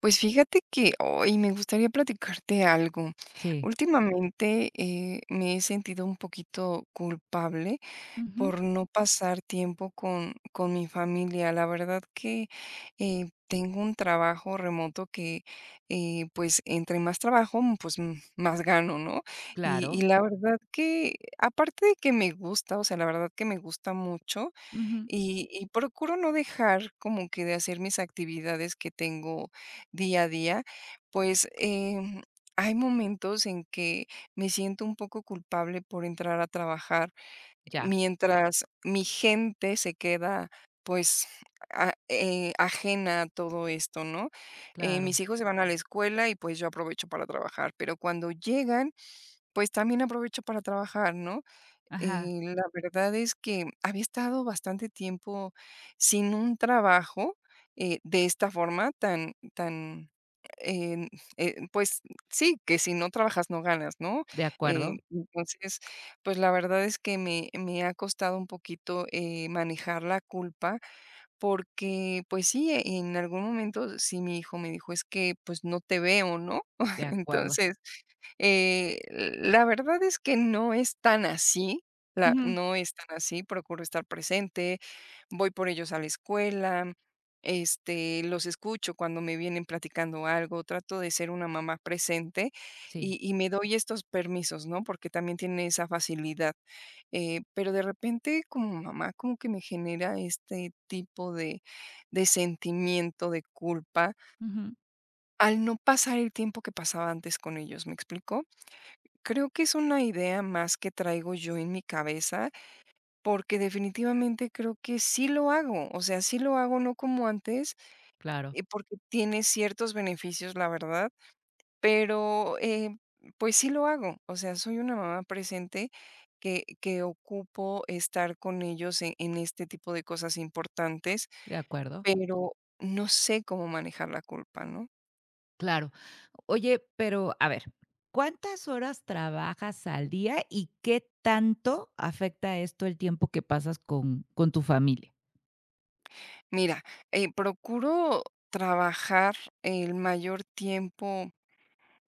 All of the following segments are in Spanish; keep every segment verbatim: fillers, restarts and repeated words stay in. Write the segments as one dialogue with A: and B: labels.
A: Pues fíjate que hoy me gustaría platicarte algo.
B: Sí.
A: Últimamente eh, me he sentido un poquito culpable
B: Ujú.
A: por no pasar tiempo con, con mi familia. La verdad que eh, tengo un trabajo remoto que eh, pues entre más trabajo, mm, pues mm, más gano, ¿no? Y, y
B: Claro.
A: la verdad que aparte de que me gusta, o sea, la verdad que me gusta mucho,
B: Ujú.
A: y y procuro no dejar como que de hacer mis actividades que tengo día a día, pues, em, hay momentos en que me siento un poco culpable por entrar a trabajar,
B: Ya,
A: mientras mi gente se queda, pues, a eh, ajena a todo esto, ¿no? Eh, mis
B: claro.
A: hijos se van a la escuela y, pues, yo aprovecho para trabajar, pero cuando llegan, pues, también aprovecho para trabajar, ¿no?
B: Ajá.
A: Eh, la verdad es que había estado bastante tiempo sin un trabajo, eh, de esta forma tan tan, eh, eh, pues sí, que si no trabajas no ganas, ¿no?
B: De
A: Eh,
B: acuerdo,
A: entonces, pues la verdad es que me me ha costado un poquito, eh, manejar la culpa porque, pues sí, en algún momento sí mi hijo me dijo: "Es que, pues, no te veo", ¿no?
B: de acuerdo.
A: Entonces eh, la verdad es que no es tan así, la
B: Ujú.
A: no es tan así, procuro estar presente, voy por ellos a la escuela, este, los escucho cuando me vienen platicando algo, trato de ser una mamá presente
B: Sí.
A: y y me doy estos permisos, ¿no? Porque también tiene esa facilidad, eh, pero de repente como mamá como que me genera este tipo de de sentimiento de culpa
B: Ujú,
A: al no pasar el tiempo que pasaba antes con ellos, ¿me explico? Creo que es una idea más que traigo yo en mi cabeza, porque definitivamente creo que sí lo hago, o sea, sí lo hago, no como antes,
B: claro,
A: eh, porque tiene ciertos beneficios, la verdad, pero, eh, pues sí lo hago, o sea, soy una mamá presente que que ocupo estar con ellos en en este tipo de cosas importantes,
B: de acuerdo.
A: pero no sé cómo manejar la culpa, ¿no?
B: Claro. Oye, pero a ver, ¿cuántas horas trabajas al día y qué tanto afecta esto el tiempo que pasas con con tu familia?
A: Mira, eh, procuro trabajar el mayor tiempo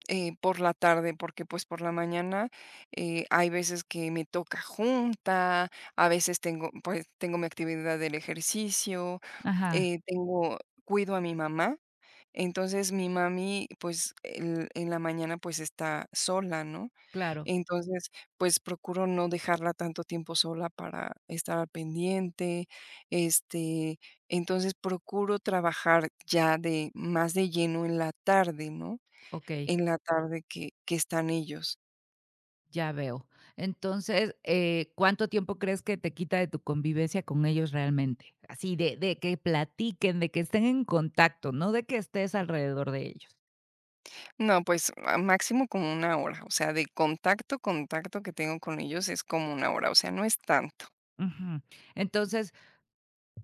A: eh, por la tarde, porque pues por la mañana eh, hay veces que me toca junta, a veces tengo, pues tengo mi actividad del ejercicio,
B: Ajá.
A: eh, tengo, cuido a mi mamá, entonces mi mami pues el- en la mañana pues está sola, ¿no?
B: Claro,
A: Entonces pues procuro no dejarla tanto tiempo sola para estar al pendiente, este, entonces procuro trabajar ya de más de lleno en la tarde, ¿no?
B: okey.
A: En la tarde que que están ellos.
B: Ya veo. Entonces, eh, ¿cuánto tiempo crees que te quita de tu convivencia con ellos realmente? Así de de que platiquen, de que estén en contacto, no de que estés alrededor de ellos.
A: No, pues, ah, máximo como una hora, o sea, de contacto, contacto que tengo con ellos es como una hora, o sea, no es tanto.
B: Ujú. Entonces,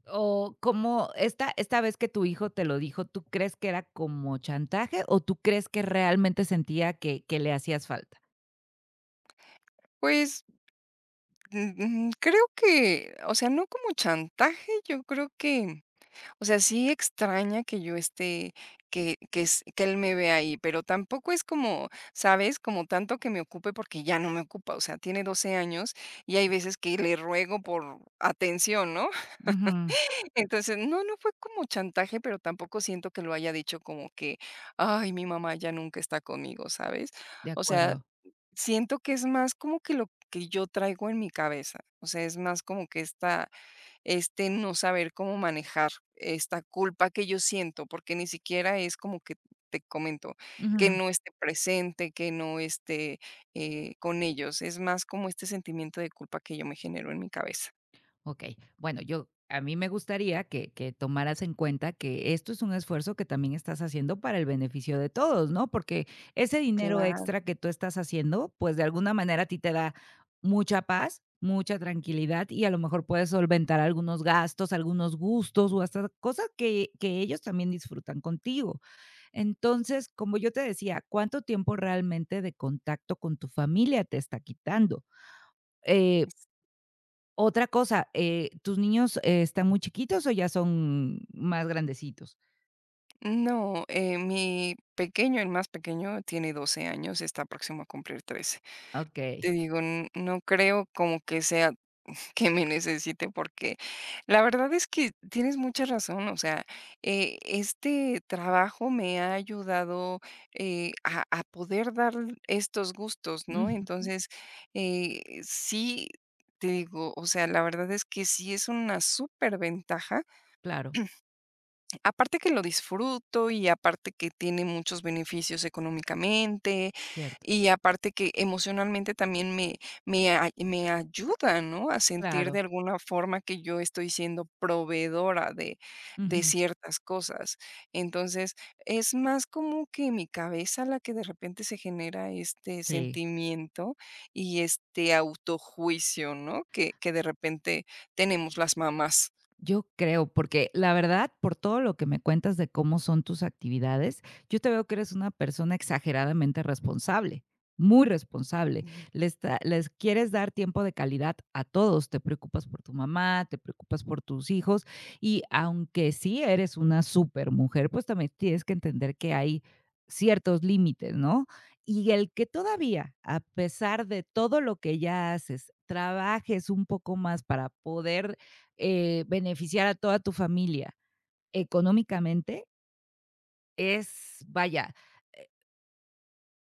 B: o como esta esta vez que tu hijo te lo dijo, ¿tú crees que era como chantaje o tú crees que realmente sentía que que le hacías falta?
A: Pues, mm, mm, creo que, o sea, no como chantaje, yo creo que, o sea, sí extraña que yo esté, que que s que él me vea ahí, pero tampoco es como, ¿sabes? Como tanto que me ocupe, porque ya no me ocupa, o sea, tiene doce años y hay veces que le ruego por atención, ¿no?
B: Ujú,
A: Entonces, no, no fue como chantaje, pero tampoco siento que lo haya dicho como que, ay, mi mamá ya nunca está conmigo, ¿sabes?
B: de
A: O sea,
B: acuerdo.
A: siento que es más como que lo que yo traigo en mi cabeza, o sea, es más como que esta, este no saber cómo manejar esta culpa que yo siento, porque ni siquiera es como que te comento, que no esté presente, que no esté eh, con ellos, es más como este sentimiento de culpa que yo me genero en mi cabeza.
B: Ok. Bueno, yo a mí me gustaría que que tomaras en cuenta que esto es un esfuerzo que también estás haciendo para el beneficio de todos, ¿no? Porque ese dinero
A: Claro.
B: extra que tú estás haciendo, pues, de alguna manera a ti te da mucha paz, mucha tranquilidad y a lo mejor puedes solventar algunos gastos, algunos gustos o hasta cosas que que ellos también disfrutan contigo. Entonces, como yo te decía, ¿cuánto tiempo realmente de contacto con tu familia te está quitando? Eh, Otra cosa, eh, ¿tus niños, eh, están muy chiquitos o ya son más grandecitos?
A: No, eh, mi pequeño, el más pequeño, tiene doce años, está próximo a cumplir trece.
B: Okey.
A: Te digo, n- no creo como que sea que me necesite porque la verdad es que tienes mucha razón, o sea, eh, este trabajo me ha ayudado eh, a, a poder dar estos gustos, ¿no?
B: Ujú,
A: Entonces, eh, sí, te digo, o sea, la verdad es que sí es una súper ventaja.
B: claro,
A: Aparte que lo disfruto y aparte que tiene muchos beneficios económicamente
B: cierto.
A: y aparte que emocionalmente también me me ay me ayuda, ¿no?, a sentir
B: Claro.
A: de alguna forma que yo estoy siendo proveedora de de
B: Ujú,
A: ciertas cosas. Entonces, es más como que mi cabeza la que de repente se genera este
B: sí.
A: sentimiento y este autojuicio, ¿no?, que que de repente tenemos las mamás.
B: Yo creo, porque la verdad, por todo lo que me cuentas de cómo son tus actividades, yo te veo que eres una persona exageradamente responsable, muy responsable.
A: Ujú.
B: Les, da- les quieres dar tiempo de calidad a todos. Te preocupas por tu mamá, te preocupas por tus hijos y aunque sí eres una super mujer, pues también tienes que entender que hay ciertos límites, ¿no? Y el que todavía, a pesar de todo lo que ya haces, trabajes un poco más para poder eh, beneficiar a toda tu familia económicamente es, vaya, eh,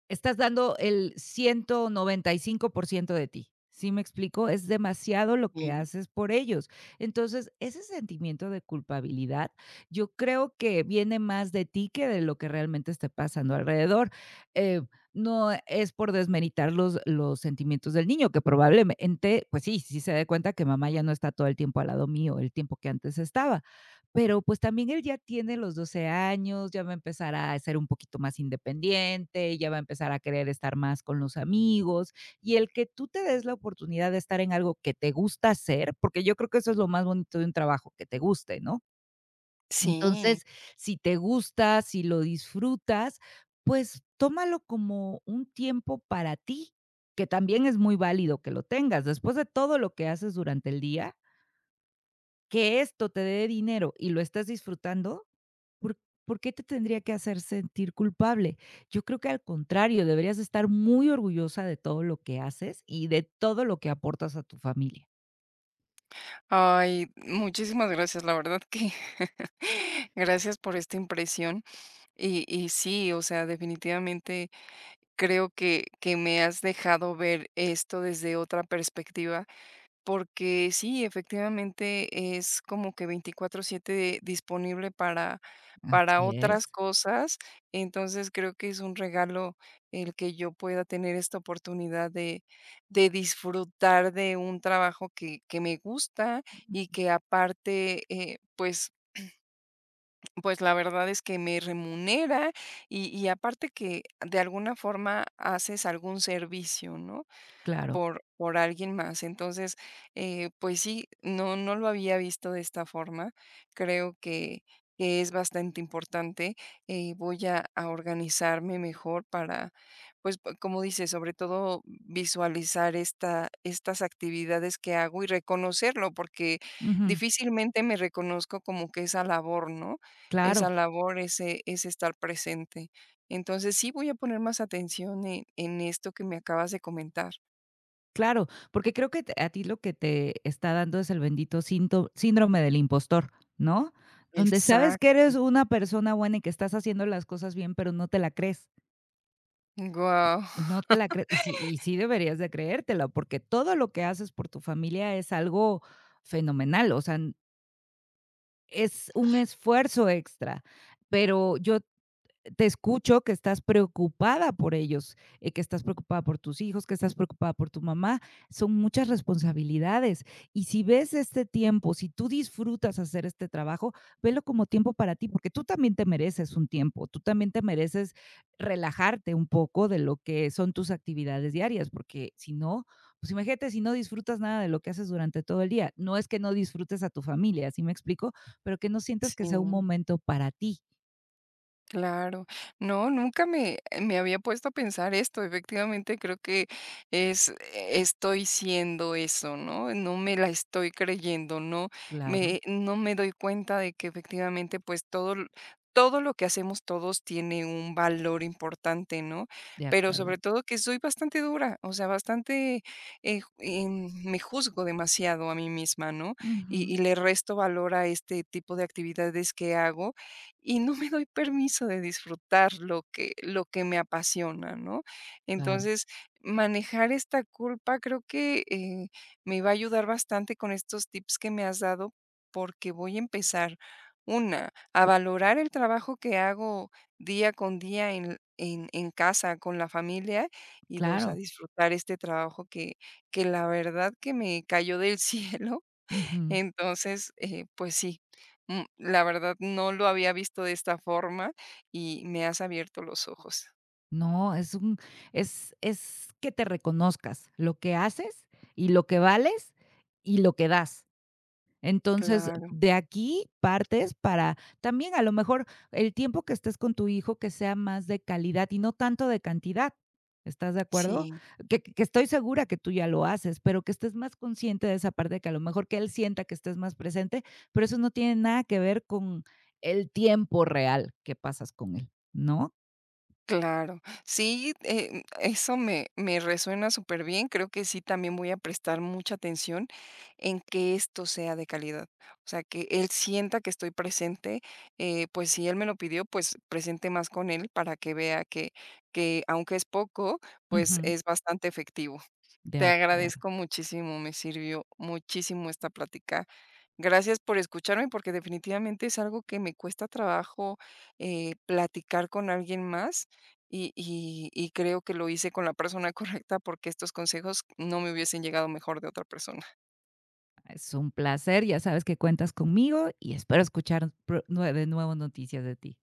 B: estás dando el ciento noventa y cinco por ciento de ti. ¿Sí me explico? Es demasiado lo que
A: Sí.
B: haces por ellos. Entonces, ese sentimiento de culpabilidad, yo creo que viene más de ti que de lo que realmente esté pasando alrededor. Eh, no es por desmeritar los, los sentimientos del niño, que probablemente, pues sí, sí se dé cuenta que mamá ya no está todo el tiempo al lado mío, el tiempo que antes estaba, pero, pues, también él ya tiene los doce años, ya va a empezar a ser un poquito más independiente, ya va a empezar a querer estar más con los amigos, y el que tú te des la oportunidad de estar en algo que te gusta hacer, porque yo creo que eso es lo más bonito de un trabajo, que te guste, ¿no?
A: Sí.
B: Entonces, si te gusta, si lo disfrutas, pues, tómalo como un tiempo para ti, que también es muy válido que lo tengas. Después de todo lo que haces durante el día, que esto te dé dinero y lo estés disfrutando, ¿por, ¿por qué te tendría que hacer sentir culpable? Yo creo que al contrario, deberías de estar muy orgullosa de todo lo que haces y de todo lo que aportas a tu familia.
A: Ay, muchísimas gracias, la verdad que gracias por esta impresión. Y, y sí, o sea, definitivamente creo que, que me has dejado ver esto desde otra perspectiva. Porque sí, efectivamente es como que veinticuatro siete disponible para para
B: Así
A: otras
B: es,
A: cosas. Entonces, creo que es un regalo el que yo pueda tener esta oportunidad de de disfrutar de un trabajo que que me gusta y que aparte, eh, pues pues, la verdad es que me remunera y y aparte que de alguna forma haces algún servicio, ¿no?,
B: claro.
A: por por alguien más. Entonces, eh, pues sí, no no lo había visto de esta forma. Creo que que es bastante importante, eh, voy a a organizarme mejor para, pues, p como dices, sobre todo visualizar esta estas actividades que hago y reconocerlo, porque
B: Ujú.
A: difícilmente me reconozco como que esa labor, ¿no?
B: Claro,
A: Esa labor, ese ese estar presente. Entonces, sí voy a poner más atención en en esto que me acabas de comentar.
B: claro, porque creo que te- a ti lo que te está dando es el bendito sínto- síndrome del impostor, ¿no? Donde sabes que
A: Exacto,
B: eres una persona buena y que estás haciendo las cosas bien, pero no te la crees.
A: guau,
B: No te la crees y sí y sí deberías de creértela, porque todo lo que haces por tu familia es algo fenomenal, o sea, n- es un esfuerzo extra, pero yo te escucho que estás preocupada por ellos, eh, que estás preocupada por tus hijos, que estás preocupada por tu mamá. Son muchas responsabilidades. Y si ves este tiempo, si tú disfrutas hacer este trabajo, velo como tiempo para ti, porque tú también te mereces un tiempo, tú también te mereces relajarte un poco de lo que son tus actividades diarias, porque si no, pues imagínate si no disfrutas nada de lo que haces durante todo el día. No es que no disfrutes a tu familia, así me explico, pero que no sientas que sea un
A: sí.
B: momento para ti.
A: Claro. No, nunca me, eh, me había puesto a pensar esto. Efectivamente, creo que es, eh, estoy siendo eso, ¿no? No me la estoy creyendo, no
B: Claro,
A: me, no me doy cuenta de que efectivamente, pues todo, l- todo lo que hacemos todos tiene un valor importante, ¿no?
B: de
A: Pero
B: acuerdo.
A: sobre todo que soy bastante dura, o sea, bastante, eh, ju- em, me juzgo demasiado a mí misma, ¿no? Y,
B: Ujú,
A: y le resto valor a este tipo de actividades que hago y no me doy permiso de disfrutar lo que lo que me apasiona, ¿no?
B: claro,
A: Entonces, manejar esta culpa creo que, eh, me va a ayudar bastante con estos tips que me has dado, porque voy a empezar, una, a valorar el trabajo que hago día con día en en en casa con la familia, y dos a
B: claro.
A: disfrutar este trabajo que que la verdad que me cayó del cielo.
B: Ujú.
A: Entonces, eh, pues sí, mm, la verdad no lo había visto de esta forma y me has abierto los ojos.
B: No, es un es es que te reconozcas lo que haces y lo que vales y lo que das. Entonces,
A: Claro,
B: de aquí partes para también a lo mejor el tiempo que estés con tu hijo que sea más de calidad y no tanto de cantidad, ¿estás de acuerdo?
A: sí,
B: Que que estoy segura que tú ya lo haces, pero que estés más consciente de esa parte, que a lo mejor que él sienta que estés más presente, pero eso no tiene nada que ver con el tiempo real que pasas con él, ¿no?
A: claro. Sí, eh, eso me, me resuena súper bien. Creo que sí, también voy a prestar mucha atención en que esto sea de calidad. O sea, que él sienta que estoy presente. eh, pues si él me lo pidió, pues presente más con él para que vea que, que aunque es poco, pues
B: Ujú,
A: es bastante efectivo.
B: de
A: Te
B: acuerdo.
A: agradezco muchísimo, me sirvió muchísimo esta plática. Gracias por escucharme, porque definitivamente es algo que me cuesta trabajo eh, platicar con alguien más y, y y creo que lo hice con la persona correcta porque estos consejos no me hubiesen llegado mejor de otra persona.
B: Es un placer, ya sabes que cuentas conmigo y espero escuchar pro nue de nuevo noticias de ti.